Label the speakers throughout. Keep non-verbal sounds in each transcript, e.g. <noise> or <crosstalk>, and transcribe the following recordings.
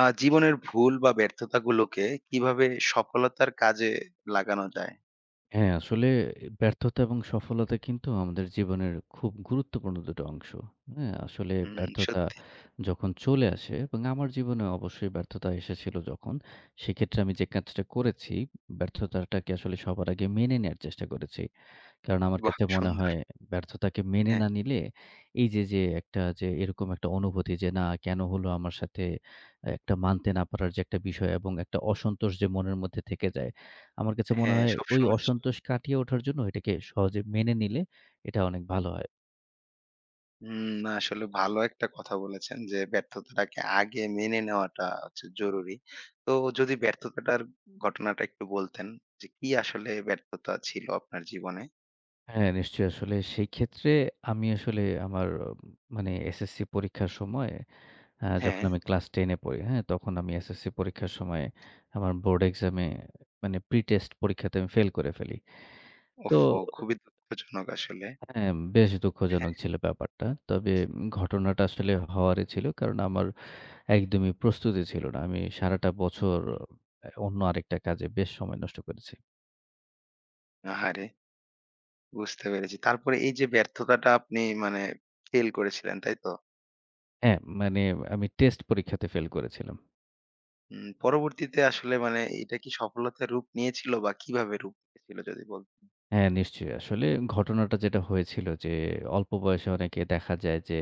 Speaker 1: জীবনের ভুল বা ব্যর্থতাগুলোকে কিভাবে সফলতার কাজে লাগানো যায়?
Speaker 2: হ্যাঁ, আসলে ব্যর্থতা এবং সফলতা কিন্তু আমাদের জীবনের খুব গুরুত্বপূর্ণ দুটো অংশ। হ্যাঁ? আসলে
Speaker 1: হুম,
Speaker 2: ব্যর্থতা
Speaker 1: সত্যি।
Speaker 2: যখন চলে আসে এবং আমার জীবনে অবশ্যই ব্যর্থতা এসেছিল যখন, সেক্ষেত্রে আমি যে কাজটা করেছি, ব্যর্থতাটাকে আসলে সবার আগে মেনে নেয়ার চেষ্টা করেছি। কারণ আমার
Speaker 1: বাহ!
Speaker 2: কাছে মনে
Speaker 1: সুন্দর।
Speaker 2: হয় ব্যর্থতাকে মেনে
Speaker 1: হ্যাঁ,
Speaker 2: না নিলে এই যে, যে একটা যে এরকম একটা অনুভূতি যে না কেন হলো আমার সাথে একটা মানতে না পারার যে একটা বিষয় এবং একটা অসন্তোষ যে মনের মধ্যে থেকে যায়। আমার কাছে মনে
Speaker 1: হ্যাঁ,
Speaker 2: হয় ওই
Speaker 1: সবসময় আসলে
Speaker 2: অসন্তোষ কাটিয়ে ওঠার জন্য এটাকে সহজে মেনে নিলে এটা অনেক ভালো হয়।
Speaker 1: হুম, না আসলে ভালো একটা কথা বলেছেন যে ব্যর্থতাটাকে আগে মেনে নেওয়াটা হচ্ছে জরুরি। তো যদি ব্যর্থতাটার ঘটনাটা একটু বলতেন যে কি আসলে ব্যর্থতা ছিল আপনার জীবনে?
Speaker 2: হ্যাঁ, নিশ্চয়ই আসলে সেই ক্ষেত্রে আমি আসলে আমার মানে এসএসসি পরীক্ষার সময় হ্যাঁ,
Speaker 1: হ্যাঁ,
Speaker 2: যখন আমি ক্লাস 10 এ পড়ি, হ্যাঁ? তখন আমি এসএসসি পরীক্ষার সময় আমার বোর্ড এক্সাম এ মানে প্রি-টেস্ট পরীক্ষাতে আমি ফেল করে ফেলি। তো
Speaker 1: ওহহো! খুবই দুঃখজনক আসলে।
Speaker 2: হ্যাঁ, বেশ
Speaker 1: হ্যাঁ,
Speaker 2: দুঃখজনক ছিল ব্যাপারটা। তবে ঘটনাটা আসলে হওয়ারই ছিল। কারণ আমার একদমই প্রস্তুতি ছিল না। আমি সারাটা
Speaker 1: হুম,
Speaker 2: বছর
Speaker 1: হুম।
Speaker 2: অন্য আরেকটা কাজে বেশ সময় নষ্ট করেছি।
Speaker 1: আহারে! বুঝতে পেরেছি। তারপরে এই যে ব্যর্থতাটা আপনি মানে ফেইল করেছিলেন, তাই তো?
Speaker 2: হ্যাঁ, মানে আমি টেস্ট পরীক্ষাতে ফেল করেছিলাম।
Speaker 1: হুম, পরবর্তীতে আসলে মানে এটা কি সফলতার রূপ নিয়েছিল বা কিভাবে রূপ নিয়েছিল যদি বলতেন?
Speaker 2: হ্যাঁ, নিশ্চয়ই। আসলে ঘটনাটা যেটা হয়েছিল যে, অল্প বয়সে অনেকে দেখা যায় যে,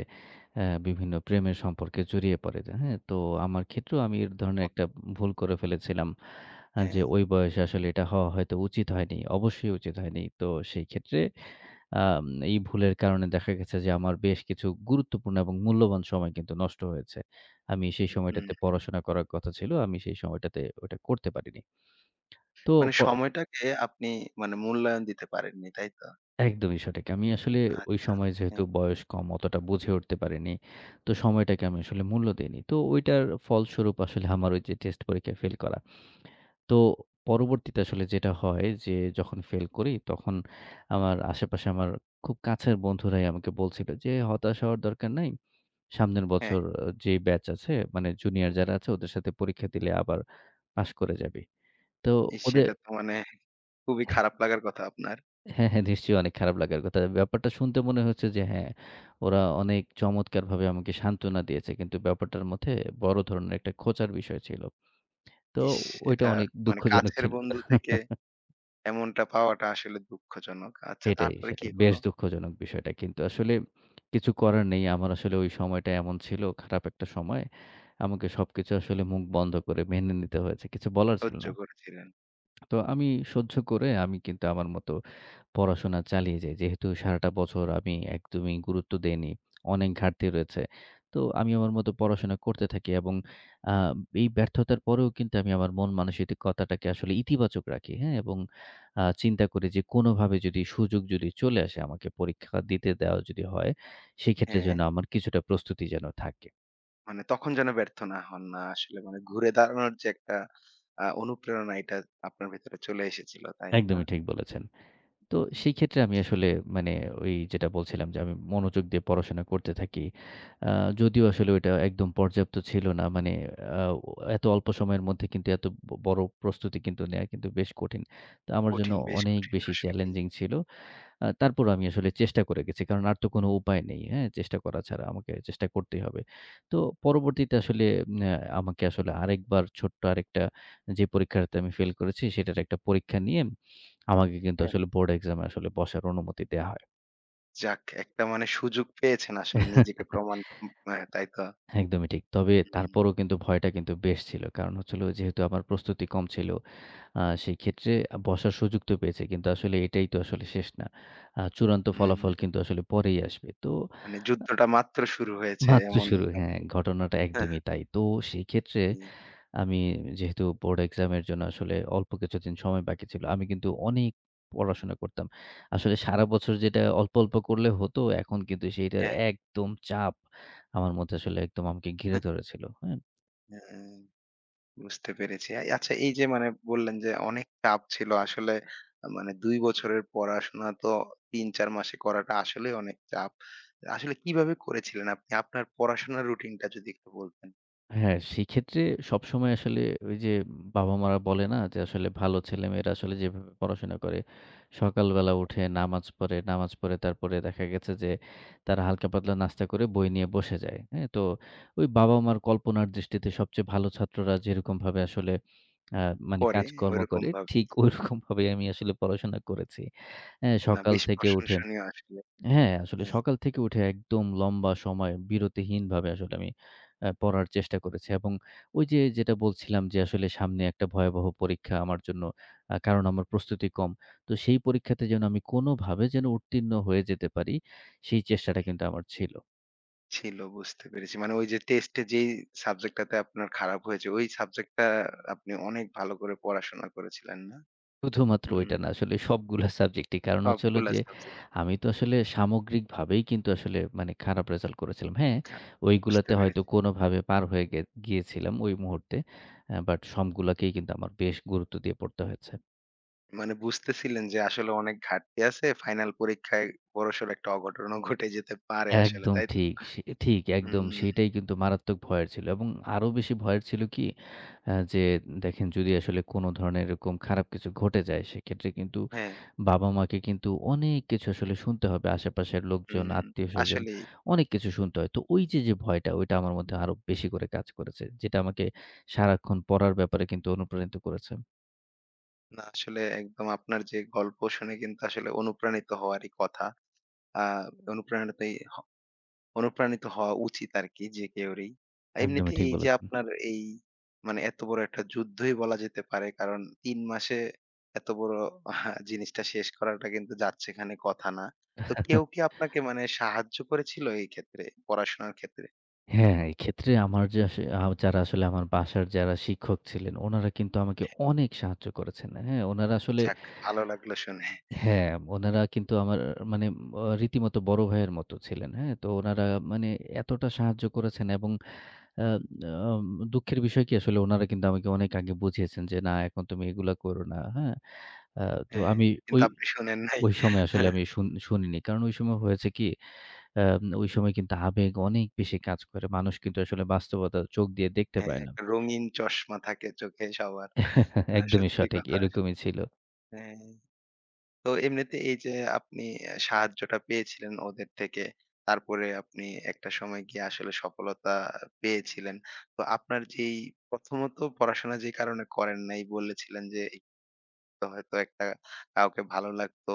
Speaker 2: বিভিন্ন প্রেমের সম্পর্কে জড়িয়ে পড়ে। হ্যাঁ? তো আমার ক্ষেত্রেও আমি এ ধরনের একটা ভুল করে ফেলেছিলাম। যে
Speaker 1: হ্যাঁ,
Speaker 2: ওই বয়সে আসলে এটা হওয়া হয়তো উচিত হয়নি। অবশ্যই উচিত হয়নি। তো সেই ক্ষেত্রে আম এই ভুলের কারণে দেখা গেছে যে, আমার বেশ কিছু গুরুত্বপূর্ণ এবং মূল্যবান সময় কিন্তু নষ্ট হয়েছে। আমি সেই
Speaker 1: হুম।
Speaker 2: সময়টাতে পড়াশোনা করার কথা ছিল। আমি সেই সময়টাতে ওটা করতে পারিনি। তো
Speaker 1: মানে
Speaker 2: প
Speaker 1: সময়টাকে আপনি মানে মূল্যায়ন দিতে পারেননি, তাই তো?
Speaker 2: একদমই সঠিক। আমি আসলে ওই
Speaker 1: আচ্ছা।
Speaker 2: সময় যেহেতু
Speaker 1: হ্যাঁ,
Speaker 2: বয়স কম অতটা বুঝে উঠতে পারিনি। তো সময়টাকে আমি আসলে মূল্য দেইনি। তো ওইটার ফলস্বরূপ আসলে আমার ওই যে টেস্ট পরীক্ষায় ফেল করা। তো পরবর্তীতে আসলে যেটা হয় যে যখন ফেল করি তখন আমার আশেপাশে আমার খুব কাছের বন্ধুরাই আমাকে বলছিল যে, "হতাশ হওয়ার দরকার নাই। সামনের
Speaker 1: হ্যাঁ।
Speaker 2: বছর যে ব্যাচ আছে মানে জুনিয়র যারা আছে ওদের সাথে পরীক্ষা দিলে আবার পাস করে যাবি।" তো
Speaker 1: ইস!
Speaker 2: ওদের
Speaker 1: সেটা তো মানে খুবই খারাপ লাগার কথা আপনার।
Speaker 2: হ্যাঁ, হ্যাঁ, নিশ্চয়ই অনেক খারাপ লাগার কথা। ব্যাপারটা শুনতে মনে হচ্ছে যে হ্যাঁ, ওরা অনেক চমৎকারভাবে আমাকে সান্ত্বনা দিয়েছে। কিন্তু ব্যাপারটার মধ্যে বড় ধরনের একটা খোঁচার বিষয় ছিল। তো
Speaker 1: ইস!
Speaker 2: ওইটা
Speaker 1: এটা
Speaker 2: অনেক
Speaker 1: মানে
Speaker 2: দুঃখজনক
Speaker 1: কাছের
Speaker 2: ছিল।
Speaker 1: বন্ধু থেকে এমনটা পাওয়াটা আসলে দুঃখজনক। আচ্ছা
Speaker 2: সেটাই,
Speaker 1: তারপরে কি
Speaker 2: সেটাই। বেশ
Speaker 1: হলো?
Speaker 2: দুঃখজনক বিষয়টা। কিন্তু আসলে কিছু করার নেই। আমার আসলে ওই সময়টা এমন ছিল, খারাপ একটা সময়। আমাকে সবকিছু আসলে মুখ বন্ধ করে মেনে নিতে হয়েছে। কিছু বলার ছিল
Speaker 1: সহ্য
Speaker 2: না।
Speaker 1: করেছিলেন।
Speaker 2: তো আমি সহ্য করে আমি কিন্তু আমার মতো পড়াশোনা চালিয়ে যাই। যেহেতু সারাটা বছর আমি একদমই গুরুত্ব দেইনি। অনেক ঘাটতি রয়েছে। তো আমি আমার মতো পড়াশোনা করতে থাকি এবং আ এই ব্যর্থতার পরেও কিন্তু আমি আমার মন মানসিকতাটাকে আসলে ইতিবাচক রাখি। হ্যাঁ? এবং চিন্তা করি যে কোনোভাবে যদি সুযোগ যদি চলে আসে আমাকে পরীক্ষা দিতে দেওয়া যদি হয়, সেক্ষেত্রে
Speaker 1: হ্যাঁ,
Speaker 2: যেন আমার কিছুটা প্রস্তুতি যেন থাকে।
Speaker 1: মানে তখন যেন ব্যর্থ না হন না আসলে মানে ঘুরে দাঁড়ানোর যে একটা অনুপ্রেরণা এটা আপনার ভেতরে চলে এসেছিল, তাই না?
Speaker 2: একদমই ঠিক বলেছেন। তো
Speaker 1: হুম,
Speaker 2: সেই ক্ষেত্রে আমি আসলে মানে ওই যেটা বলছিলাম যে আমি মনোযোগ দিয়ে পড়াশোনা করতে থাকি। আ যদিও আসলে ওইটা একদম পর্যাপ্ত ছিল না। মানে আ এত অল্প সময়ের মধ্যে কিন্তু এত বড় প্রস্তুতি কিন্তু নেয়া কিন্তু বেশ কঠিন। তো আমার জন্য
Speaker 1: কঠিন, বেশ
Speaker 2: অনেক
Speaker 1: কঠিন
Speaker 2: বেশি
Speaker 1: আসলেই।
Speaker 2: চ্যালেঞ্জিং ছিল। তারপরও আমি আসলে চেষ্টা করে গেছি। কারণ আর তো কোনো উপায় নেই। হ্যাঁ? চেষ্টা করা ছাড়া আমাকে চেষ্টা করতেই হবে। তো পরবর্তীতে আসলে ন্যা আমাকে আসলে আরেকবার ছোট্ট আরেকটা যে পরীক্ষাটাতে আমি ফেল করেছি সেটার একটা পরীক্ষা নিয়ে আমাকে কিন্তু
Speaker 1: হ্যাঁ।
Speaker 2: আসলে বোর্ড এক্সামে আসলে বসার অনুমতি দেয়া হয়।
Speaker 1: যাক একটা মানে সুযোগ পেয়েছেন আসলে নিজেকে
Speaker 2: <laughs>
Speaker 1: প্রমাণ ক হ্যাঁ, তাই তো?
Speaker 2: একদমই ঠিক। তবে
Speaker 1: হুম,
Speaker 2: তারপরও কিন্তু ভয়টা কিন্তু বেশ ছিল। কারণ হচ্ছে হলো যেহেতু আমার প্রস্তুতি কম ছিল, সেই ক্ষেত্রে বসার সুযোগ তো পেয়েছি। কিন্তু আসলে এটাই তো আসলে শেষ না। চূড়ান্ত
Speaker 1: হুম,
Speaker 2: ফলাফল কিন্তু আসলে পরেই আসবে। তো
Speaker 1: মানে যুদ্ধটা মাত্র শুরু হয়েছে
Speaker 2: মাত্র
Speaker 1: এমন
Speaker 2: শুরু। হ্যাঁ,
Speaker 1: আরকি।
Speaker 2: ঘটনাটা
Speaker 1: হ্যাঁ,
Speaker 2: একদমই তাই। তো সেই ক্ষেত্রে
Speaker 1: হুম,
Speaker 2: আমি যেহেতু বোর্ড এক্সামের জন্য আসলে অল্প কিছুদিন সময় বাকি ছিল। আমি কিন্তু অনেক পড়াশোনা করতাম। আসলে সারা বছর যেটা অল্প, অল্প করলে হতো এখন কিন্তু সেইটার
Speaker 1: হ্যাঁ,
Speaker 2: একদম চাপ আমার মধ্যে আসলে একদম আমাকে ঘিরে
Speaker 1: হ্যাঁ।
Speaker 2: ধরেছিল। হ্যাঁ?
Speaker 1: হ্যাঁ, বুঝতে পেরেছি। আচ্ছা এই যে মানে বললেন যে অনেক চাপ ছিল আসলে মানে ২ বছরের পড়াশোনা তো ৩-৪ মাসে করাটা আসলেই অনেক চাপ। আসলে কিভাবে করেছিলেন আপনি? আপনার পড়াশোনার রুটিনটা যদি একটু বলতেন।
Speaker 2: হ্যাঁ, সেক্ষেত্রে সবসময় আসলে ওই যে বাবা-মারা বলে না যে আসলে ভালো ছেলেমেয়েরা আসলে যেভাবে পড়াশোনা করে, সকালবেলা উঠে নামাজ পড়ে, নামাজ পড়ে তারপরে দেখা গেছে যে তারা হালকা পাতলা নাস্তা করে বই নিয়ে বসে যায়। হ্যাঁ? তো ওই বাবা-মার কল্পনার দৃষ্টিতে সবচেয়ে ভালো ছাত্ররা যেরকমভাবে আসলে আ মানে
Speaker 1: করে
Speaker 2: কাজকর্ম করে
Speaker 1: ওইরকমভাবে?
Speaker 2: ঠিক ঐরকমভাবেই আমি আসলে পড়াশোনা করেছি। হ্যাঁ,
Speaker 1: না
Speaker 2: সকাল
Speaker 1: বেশ
Speaker 2: থেকে উঠে
Speaker 1: প্রশংসনীয় আসলে।
Speaker 2: হ্যাঁ, আসলে
Speaker 1: হ্যাঁ,
Speaker 2: সকাল থেকে উঠে একদম লম্বা সময় বিরতিহীনভাবে আসলে আমি পড়ার চেষ্টা করেছি এবং ওই যে যেটা বলছিলাম যে আসলে সামনে একটা ভয়াবহ পরীক্ষা আমার জন্য। কারণ আমার প্রস্তুতি কম। তো সেই পরীক্ষাতে যেন আমি কোনোভাবে যেন উত্তীর্ণ হয়ে যেতে পারি, সেই চেষ্টাটা কিন্তু আমার ছিল।
Speaker 1: ছিল বুঝতে পেরেছি। মানে ওই যে টেস্টে যেই সাবজেক্টটাতে আপনার খারাপ হয়েছে, ওই সাবজেক্টটা আপনি অনেক ভালো করে পড়াশোনা করেছিলেন না?
Speaker 2: শুধুমাত্র
Speaker 1: হুম,
Speaker 2: ওইটা না আসলে সবগুলা সাবজেক্টই। কারণ হচ্ছে হলো
Speaker 1: সবগুলা
Speaker 2: যে,
Speaker 1: সাবজেক্ট
Speaker 2: আমি তো আসলে সামগ্রিকভাবেই কিন্তু আসলে মানে খারাপ রেজাল্ট করেছিলাম। হ্যাঁ,
Speaker 1: খা বুঝতে
Speaker 2: ওইগুলাতে হয়তো
Speaker 1: পেরেছি।
Speaker 2: কোনোভাবে পার হয়ে গিয়েছিলাম ওই মুহূর্তে। বাট সবগুলাকেই কিন্তু আমার বেশ গুরুত্ব দিয়ে পড়তে হয়েছে।
Speaker 1: মানে বুঝতেছিলেন যে আসলে অনেক ঘাটতি আছে। ফাইনাল পরীক্ষায় বড়সড় একটা অঘটনও <laughs> ঘটে যেতে পারে আসলে,
Speaker 2: একদম
Speaker 1: তাই তো?
Speaker 2: ঠিক। সে ঠিক একদম
Speaker 1: হুম,
Speaker 2: সেইটাই কিন্তু মারাত্মক ভয়ের ছিল এবং আরো বেশি ভয়ের ছিল কি? যে দেখেন যদি আসলে কোনো ধরনের এরকম খারাপ কিছু ঘটে যায় সেক্ষেত্রে কিন্তু
Speaker 1: হ্যাঁ,
Speaker 2: বাবা-মাকে কিন্তু অনেক কিছু আসলে শুনতে হবে। আশেপাশের লোকজন,
Speaker 1: হুম।
Speaker 2: আত্মীয়স্বজন
Speaker 1: আসলেই।
Speaker 2: অনেক কিছু শুনতে হয়। তো ওই যে, যে ভয়টা ওইটা আমার মধ্যে আরো বেশি করে কাজ করেছে। যেটা আমাকে সারাক্ষণ পড়ার ব্যাপারে কিন্তু অনুপ্রাণিত করেছে।
Speaker 1: না আসলে একদম আপনার যে গল্প শুনে কিন্তু আসলে অনুপ্রাণিত হওয়ারই কথা। আ অনুপ্রাণিতই হ অনুপ্রাণিত হওয়া উচিত আরকি যে কেউরই।
Speaker 2: একদমই
Speaker 1: এমনিতে
Speaker 2: ঠিক
Speaker 1: এই যে
Speaker 2: বলেছেন।
Speaker 1: আপনার এই মানে এত বড় একটা যুদ্ধই বলা যেতে পারে। কারণ ৩ মাসে এত বড় <laughs> আহ, জিনিসটা শেষ করাটা কিন্তু যাচ্ছেখানে কথা না। তো কেউ কি আপনাকে মানে সাহায্য করেছিল এই ক্ষেত্রে, পড়াশোনার ক্ষেত্রে?
Speaker 2: হ্যাঁ, এক্ষেত্রে আমার যে আসে যারা আসলে আমার বাসার যারা শিক্ষক ছিলেন, উনারা কিন্তু আমাকে অনেক সাহায্য করেছেন। হ্যাঁ, উনারা আসলে
Speaker 1: যাক ভালো লাগলো শুনে।
Speaker 2: হ্যাঁ, উনারা কিন্তু আমার মানে রীতিমতো বড় ভাইয়ের মতো ছিলেন। হ্যাঁ, তো উনারা মানে এতটা সাহায্য করেছেন এবং আ আম দুঃখের বিষয় কি আসলে উনারা কিন্তু আমাকে অনেক আগে বুঝিয়েছেন যে, "না, এখন তুমি এগুলা করো না।" হ্যাঁ? আ তো
Speaker 1: হ্যাঁ,
Speaker 2: আমি
Speaker 1: কিন্তু
Speaker 2: ওই
Speaker 1: আপনি শোনেন নাই।
Speaker 2: ওই সময় আসলে
Speaker 1: <laughs>
Speaker 2: আমি শুনিনি। কারণ ওই সময় হয়েছে কি, ওই সময় কিন্তু আবেগ অনেক বেশি কাজ করে। মানুষ কিন্তু আসলে বাস্তবতা চোখ দিয়ে দেখতে
Speaker 1: হ্যাঁ,
Speaker 2: পায় না।
Speaker 1: একটা রঙিন চশমা থাকে চোখে সবার।
Speaker 2: <laughs>
Speaker 1: না
Speaker 2: একদমই
Speaker 1: সত্যি
Speaker 2: সঠিক।
Speaker 1: কথা।
Speaker 2: এরকমই ছিল।
Speaker 1: হ্যাঁ। তো এমনিতে এই যে আপনি সাহায্যটা পেয়েছিলেন ওদের থেকে। তারপরে আপনি একটা সময় গিয়ে আসলে সফলতা পেয়েছিলেন। তো আপনার যেই প্রথমত পড়াশোনা যে কারণে করেন নাই বলেছিলেন যে একটু হয়তো একটা কাউকে ভালো লাগতো।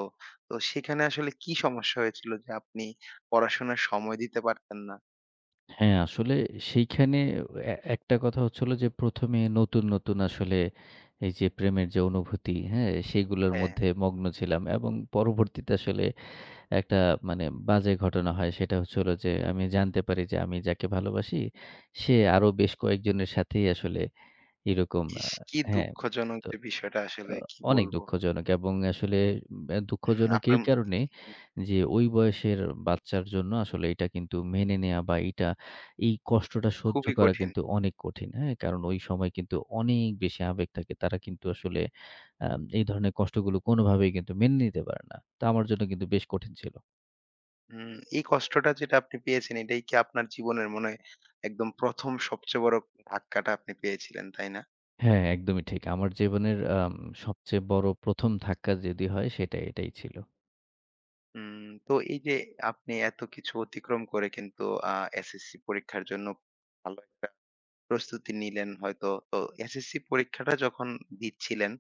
Speaker 1: তো সেখানে আসলে কি সমস্যা হয়েছিল যে আপনি পড়াশোনার সময় দিতে পারতেন না?
Speaker 2: হ্যাঁ, আসলে সেইখানে একটা কথা হচ্ছিল যে ১ম এ নতুন, নতুন আসলে এই যে প্রেমের যে অনুভূতি, হ্যাঁ? সেগুলোর
Speaker 1: হ্যাঁ,
Speaker 2: মধ্যে মগ্ন ছিলাম এবং পরবর্তীতে আসলে একটা মানে বাজে ঘটনা হয়। সেটা হচ্ছে হলো যে আমি জানতে পারি যে আমি যাকে ভালোবাসি সে আরো বেশ কয়েকজনের সাথেই আসলে এরকম
Speaker 1: ইস! কি
Speaker 2: হ্যাঁ,
Speaker 1: দুঃখজনক
Speaker 2: তো
Speaker 1: যে বিষয়টা
Speaker 2: অ
Speaker 1: আসলে কি
Speaker 2: অনেক
Speaker 1: বলবো?
Speaker 2: দুঃখজনক এবং আসলে
Speaker 1: হুম,
Speaker 2: দুঃখজনক
Speaker 1: আপনার
Speaker 2: এই
Speaker 1: হুম,
Speaker 2: কারণে যে ওই বয়সের বাচ্চার জন্য আসলে এটা কিন্তু মেনে নেয়া বা এইটা এই কষ্টটা সহ্য
Speaker 1: খুবই
Speaker 2: করা
Speaker 1: কঠিন।
Speaker 2: কিন্তু অনেক কঠিন। হ্যাঁ? কারণ ওই সময় কিন্তু অনেক বেশি আবেগ থাকে। তারা কিন্তু আসলে আ এই ধরনের কষ্টগুলো কোনোভাবেই কিন্তু মেনে নিতে পারে না। তো আমার জন্য কিন্তু বেশ কঠিন ছিল।
Speaker 1: হুম, এই কষ্টটা যেটা আপনি পেয়েছেন এটাই কি আপনার জীবনের মনে হয় একদম ১ম সবচেয়ে বড় ধাক্কাটা আপনি পেয়েছিলেন, তাই না?
Speaker 2: হ্যাঁ, একদমই ঠিক। আমার জীবনের সবচেয়ে বড় ১ম ধাক্কা যদি হয় সেটাই, এটাই ছিল।
Speaker 1: তো এই যে আপনি এত কিছু অতিক্রম করে কিন্তু আ এসএসসি পরীক্ষার জন্য ভালো একটা প্রস্তুতি নিলেন হয়তো। তো এসএসসি পরীক্ষাটা যখন দিচ্ছিলেন,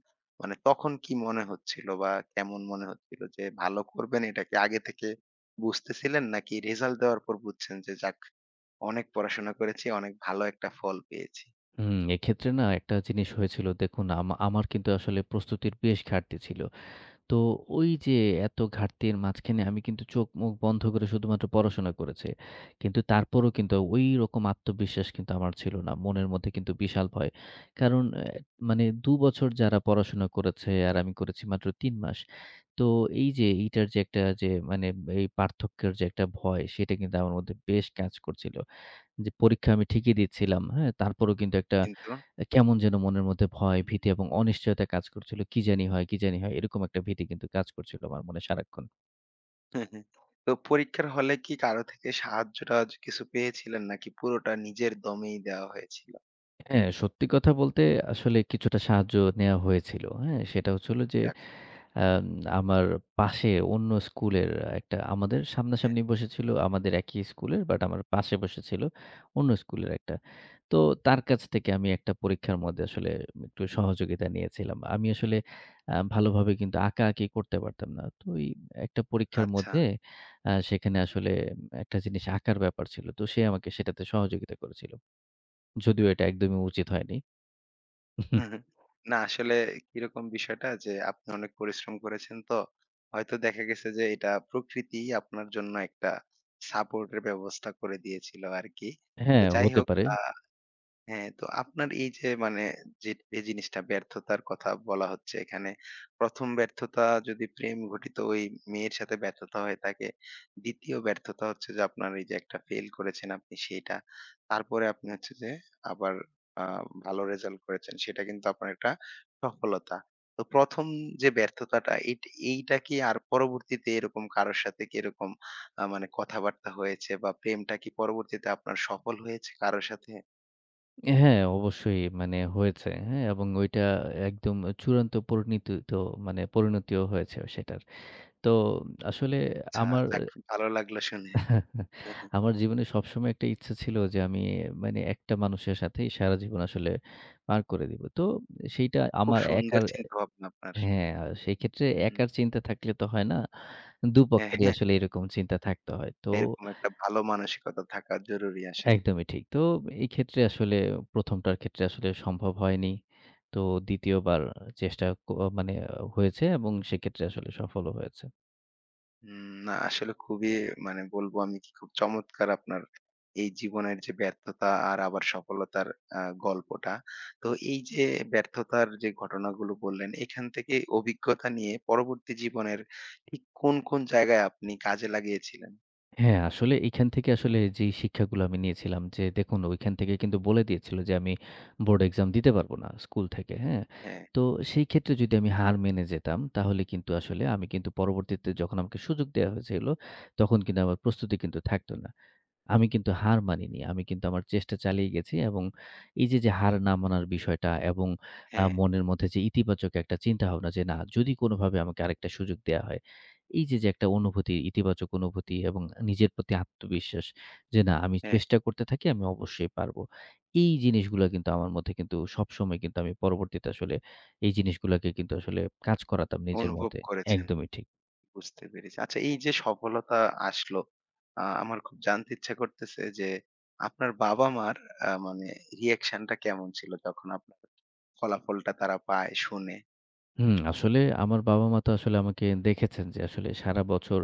Speaker 1: মানে তখন কি মনে হচ্ছিল বা কেমন মনে হচ্ছিল যে ভালো করবেন এটা কি আগে থেকে বুঝতেছিলেন নাকি রেজাল্ট দেওয়ার পর বুঝছেন যে যাক অনেক পড়াশোনা করেছি, অনেক ভালো একটা ফল পেয়েছি?
Speaker 2: হুম, এক্ষেত্রে না একটা জিনিস হয়েছিল দেখুন আমার কিন্তু আসলে প্রস্তুতির বেশ ঘাটতি ছিল। তো ওই যে এত ঘাটতির মাঝখানে আমি কিন্তু চোখ-মুখ বন্ধ করে শুধুমাত্র পড়াশোনা করেছি। কিন্তু তারপরও কিন্তু ঐরকম আত্মবিশ্বাস কিন্তু আমার ছিল না। মনের মধ্যে কিন্তু বিশাল ভয়। কারণ মানে ২ বছর যারা পড়াশোনা করেছে আর আমি করেছি মাত্র ৩ মাস। তো এই যে এইটার যে একটা যে মানে এই পার্থক্যের যে একটা ভয় সেটা কিন্তু আমার মধ্যে বেশ কাজ করছিল। যে পরীক্ষা আমি ঠিকই দিচ্ছিলাম, হ্যাঁ? তারপরেও কিন্তু একটা
Speaker 1: কিন্তু
Speaker 2: কেমন যেন মনের মধ্যে ভয়,
Speaker 1: হুম,
Speaker 2: ভীতি এবং অনিশ্চয়তা কাজ করছিল। কি জানি হয়, কি জানি হয়? এরকম একটা ভীতি কিন্তু কাজ করছিল আমার মনে সারাক্ষণ।
Speaker 1: হ্যাঁ, হ্যাঁ। তো পরীক্ষার হলে কি কারো থেকে সাহায্য-টাহায্য কিছু পেয়েছিলেন নাকি পুরোটা নিজের দমেই দেওয়া হয়েছিল?
Speaker 2: হ্যাঁ, সত্যি কথা বলতে আসলে কিছুটা সাহায্য নেয়া হয়েছিল। হ্যাঁ? সেটা হচ্ছে হলো যে
Speaker 1: যাক,
Speaker 2: আম আমার পাশে অন্য স্কুলের একটা আমাদের
Speaker 1: হ্যাঁ,
Speaker 2: সামনাসামনি বসেছিল আমাদের একই স্কুলের বাট আমার পাশে বসেছিল অন্য স্কুলের একটা। তো তার কাছ থেকে আমি একটা পরীক্ষার মধ্যে আসলে একটু সহযোগিতা নিয়েছিলাম। আমি আসলে ভালোভাবে কিন্তু আঁকাআঁকি করতে পারতাম না। তো ওই একটা পরীক্ষার
Speaker 1: আচ্ছা।
Speaker 2: মধ্যে সেখানে আসলে একটা জিনিস আঁকার ব্যাপার ছিল। তো সে আমাকে সেটাতে সহযোগিতা করেছিল। যদিও এটা একদমই উচিত হয়নি।
Speaker 1: হুম,
Speaker 2: <laughs>
Speaker 1: হুম। না আসলে কিরকম বিষয়টা যে আপনি অনেক পরিশ্রম করেছেন তো হয়তো দেখা গেছে যে এটা প্রকৃতিই আপনার জন্য একটা সাপোর্ট এর ব্যবস্থা করে দিয়েছিল আরকি। তো
Speaker 2: হ্যাঁ,
Speaker 1: যাই
Speaker 2: হতে
Speaker 1: হোক
Speaker 2: পারে।
Speaker 1: আ হ্যাঁ, তো আপনার এই যে মানে যে এই জিনিসটা ব্যর্থতার কথা বলা হচ্ছে এখানে। ১ম ব্যর্থতা যদি প্রেম ঘটিত ওই মেয়ের সাথে ব্যর্থতা হয়ে থাকে। ২য় ব্যর্থতা হচ্ছে যে আপনার এই যে একটা ফেইল করেছেন আপনি সেইটা। তারপরে আপনি হচ্ছে যে আবার আ ভালো রেজাল্ট করেছেন। সেটা কিন্তু আপনার একটা সফলতা। তো ১ম যে ব্যর্থতাটা এইট এইটা কি আর পরবর্তীতে এরকম কারো সাথে কি এরকম মানে কথাবার্তা হয়েছে বা প্রেমটা কি পরবর্তীতে আপনার সফল হয়েছে কারো সাথে?
Speaker 2: হ্যাঁ, অবশ্যই মানে হয়েছে। হ্যাঁ, এবং ওইটা একদম চূড়ান্ত পরিণতিত মানে পরিণতিও হয়েছে সেটার। তো আসলে
Speaker 1: আচ্ছা,
Speaker 2: আমার
Speaker 1: যাক ভালো লাগলো শুনে।
Speaker 2: <laughs>
Speaker 1: হ্যাঁ, হ্যাঁ।
Speaker 2: আমার জীবনে সবসময় একটা ইচ্ছা ছিল যে আমি মানে একটা মানুষের সাথেই সারা জীবন আসলে পার করে দিব। তো সেইটা
Speaker 1: খুব
Speaker 2: আমার
Speaker 1: সুন্দর
Speaker 2: একার
Speaker 1: চিন্তাভাবনা আপনার।
Speaker 2: হ্যাঁ, আর সেই ক্ষেত্রে
Speaker 1: হুম।
Speaker 2: একার চিন্তা থাকলে তো হয় না।
Speaker 1: হ্যাঁ,
Speaker 2: দুপক্ষেরই
Speaker 1: হ্যাঁ।
Speaker 2: আসলে এরকম চিন্তা থাকতে হয়। তো
Speaker 1: এরকম একটা ভালো মানসিকতা থাকা জরুরি আসলে।
Speaker 2: একদমই ঠিক। তো এই ক্ষেত্রে আসলে ১ম টার ক্ষেত্রে আসলে সম্ভব হয়নি। তো ২য় বার চেষ্টা ক মানে হয়েছে এবং সেক্ষেত্রে আসলে সফলও হয়েছে।
Speaker 1: না আসলে খুবই মানে বলবো আমি কি খুব চমৎকার আপনার এই জীবনের যে ব্যর্থতা আর আবার সফলতার আ গল্পটা। তো এই যে ব্যর্থতার যে ঘটনাগুলো বললেন এখান থেকে অভিজ্ঞতা নিয়ে পরবর্তী জীবনের ঠিক কোন, কোন জায়গায় আপনি কাজে লাগিয়েছিলেন?
Speaker 2: হ্যাঁ, আসলে এইখান থেকে আসলে যেই শিক্ষাগুলো আমি নিয়েছিলাম যে দেখুন ওইখান থেকে কিন্তু বলে দিয়েছিল যে আমি বোর্ড এক্সাম দিতে পারব না স্কুল থেকে, হ্যাঁ?
Speaker 1: হ্যাঁ,
Speaker 2: তো সেই ক্ষেত্রে যদি আমি হার মেনে যেতাম তাহলে কিন্তু আসলে আমি কিন্তু পরবর্তীতে যখন আমাকে সুযোগ দেয়া হয়েছিল তখন কিন্তু আমার প্রস্তুতি কিন্তু থাকতো না। আমি কিন্তু হার মানিনি। আমি কিন্তু আমার চেষ্টা চালিয়ে গেছি এবং এই যে, যে হার না মানার বিষয়টা এবং
Speaker 1: হ্যাঁ,
Speaker 2: মনের মধ্যে যে ইতিবাচক একটা চিন্তাভাবনা যে, "না, যদি কোনোভাবে আমাকে আরেকটা সুযোগ দেয়া হয়।" এই যে, যে একটা অনুভূতি, ইতিবাচক অনুভূতি এবং নিজের প্রতি আত্মবিশ্বাস যে, "না, আমি
Speaker 1: হ্যাঁ
Speaker 2: চেষ্টা করতে থাকি, আমি অবশ্যই পারবো।" এই জিনিসগুলা কিন্তু আমার মধ্যে কিন্তু সবসময় কিন্তু আমি পরবর্তীতে আসলে এই জিনিসগুলাকে কিন্তু আসলে কাজ করাতাম নিজের
Speaker 1: অনুভব
Speaker 2: মধ্যে।
Speaker 1: করেছেন।
Speaker 2: একদমই ঠিক।
Speaker 1: বুঝতে পেরেছি। আচ্ছা এই যে সফলতা আসলো, আমার খুব জানতে ইচ্ছা করতেছে যে আপনার বাবা-মার মানে reaction টা কেমন ছিল যখন আপনার ফলাফলটা তারা পায়, শুনে?
Speaker 2: হুম, আসলে আমার বাবা-মা তো আসলে আমাকে দেখেছেন যে আসলে সারা বছর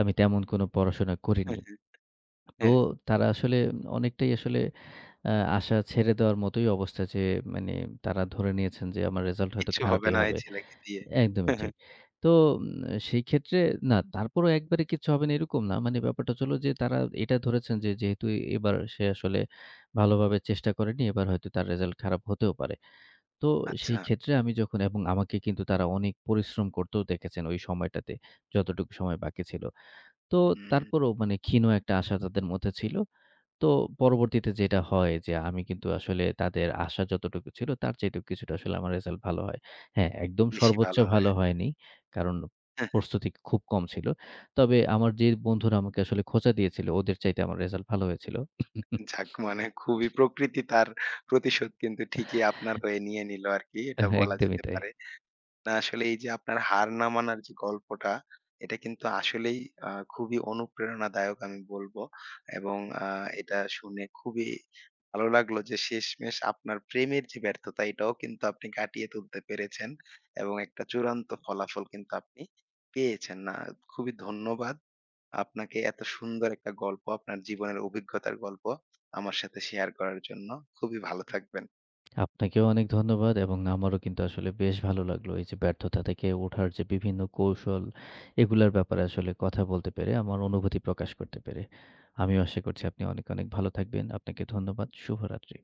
Speaker 2: আমি তেমন কোনো পড়াশোনা
Speaker 1: হ্যাঁ,
Speaker 2: করিনি।
Speaker 1: হ্যাঁ,
Speaker 2: তো
Speaker 1: হ্যাঁ,
Speaker 2: তারা আসলে অনেকটাই আসলে আ আশা ছেড়ে দেওয়ার মতোই অবস্থা যে মানে তারা ধরে নিয়েছেন যে আমার রেজাল্ট হয়তো
Speaker 1: কিচ্ছু হবে
Speaker 2: খারাপই
Speaker 1: না এই
Speaker 2: হবে।
Speaker 1: ছেলেকে দিয়ে।
Speaker 2: একদমই ঠিক। তো উম সেই ক্ষেত্রে না তারপরও একবারে কিচ্ছু হবে না এরকম না। মানে ব্যাপারটা হচ্ছে হলো যে তারা এটা ধরেছেন যে যেহেতু এবার সে আসলে ভালোভাবে চেষ্টা করেনি এবার হয়তো তার রেজাল্ট খারাপ হতেও পারে। তো সেই
Speaker 1: আচ্ছা,
Speaker 2: ক্ষেত্রে আমি যখন এবং আমাকে কিন্তু তারা অনেক পরিশ্রম করতেও দেখেছেন ওই সময়টাতে, যতটুকু সময় বাকি ছিল। তো
Speaker 1: হুম,
Speaker 2: তারপরেও মানে ক্ষীণ একটা আশা তাদের মধ্যে ছিল। তো পরবর্তীতে যেটা হয় যে আমি কিন্তু আসলে তাদের আশা যতটুকু ছিল তার চাইতেও কিছুটা আসলে আমার রেজাল্ট ভালো হয়। হ্যাঁ, একদম
Speaker 1: বেশি
Speaker 2: সর্বোচ্চ
Speaker 1: ভালো হয়।
Speaker 2: ভালো হয়নি। কারণ প্রস্তুতি খুব কম ছিল। তবে আমার যে বন্ধুরা আমাকে আসলে খোঁচা দিয়েছিল ওদের চাইতে আমার রেজাল্ট ভালো হয়েছিল। <laughs>
Speaker 1: যাক মানে খুবই প্রকৃতি তার প্রতিশোধ কিন্তু ঠিকই আপনার হয়ে নিয়ে নিল আরকি। এটা বলা
Speaker 2: একদমই
Speaker 1: যেতে
Speaker 2: তাই।
Speaker 1: পারে। না আসলে এই যে আপনার হার না মানার যে গল্পটা, এটা কিন্তু আসলেই খুবই অনুপ্রেরণাদায়ক আমি বলব। এবং আ এটা শুনে খুবই ভালো লাগলো যে শেষমেশ আপনার প্রেমের যে ব্যর্থতা এটাও কিন্তু আপনি কাটিয়ে তুলতে পেরেছেন এবং একটা চূড়ান্ত ফলাফল কিন্তু আপনি পেয়েছেন। না খুবই ধন্যবাদ আপনাকে এত সুন্দর একটা গল্প, আপনার জীবনের অভিজ্ঞতার গল্প আমার সাথে শেয়ার করার জন্য। খুবই ভালো থাকবেন।
Speaker 2: আপনাকেও অনেক ধন্যবাদ এবং আমারও কিন্তু আসলে বেশ ভালো লাগলো। এই যে ব্যর্থতা থেকে ওঠার যে বিভিন্ন কৌশল, এগুলার ব্যাপারে আসলে কথা বলতে পেরে, আমার অনুভূতি প্রকাশ করতে পেরে। আমিও আশা করছি আপনি অনেক, অনেক ভালো থাকবেন। আপনাকে ধন্যবাদ। শুভরাত্রি।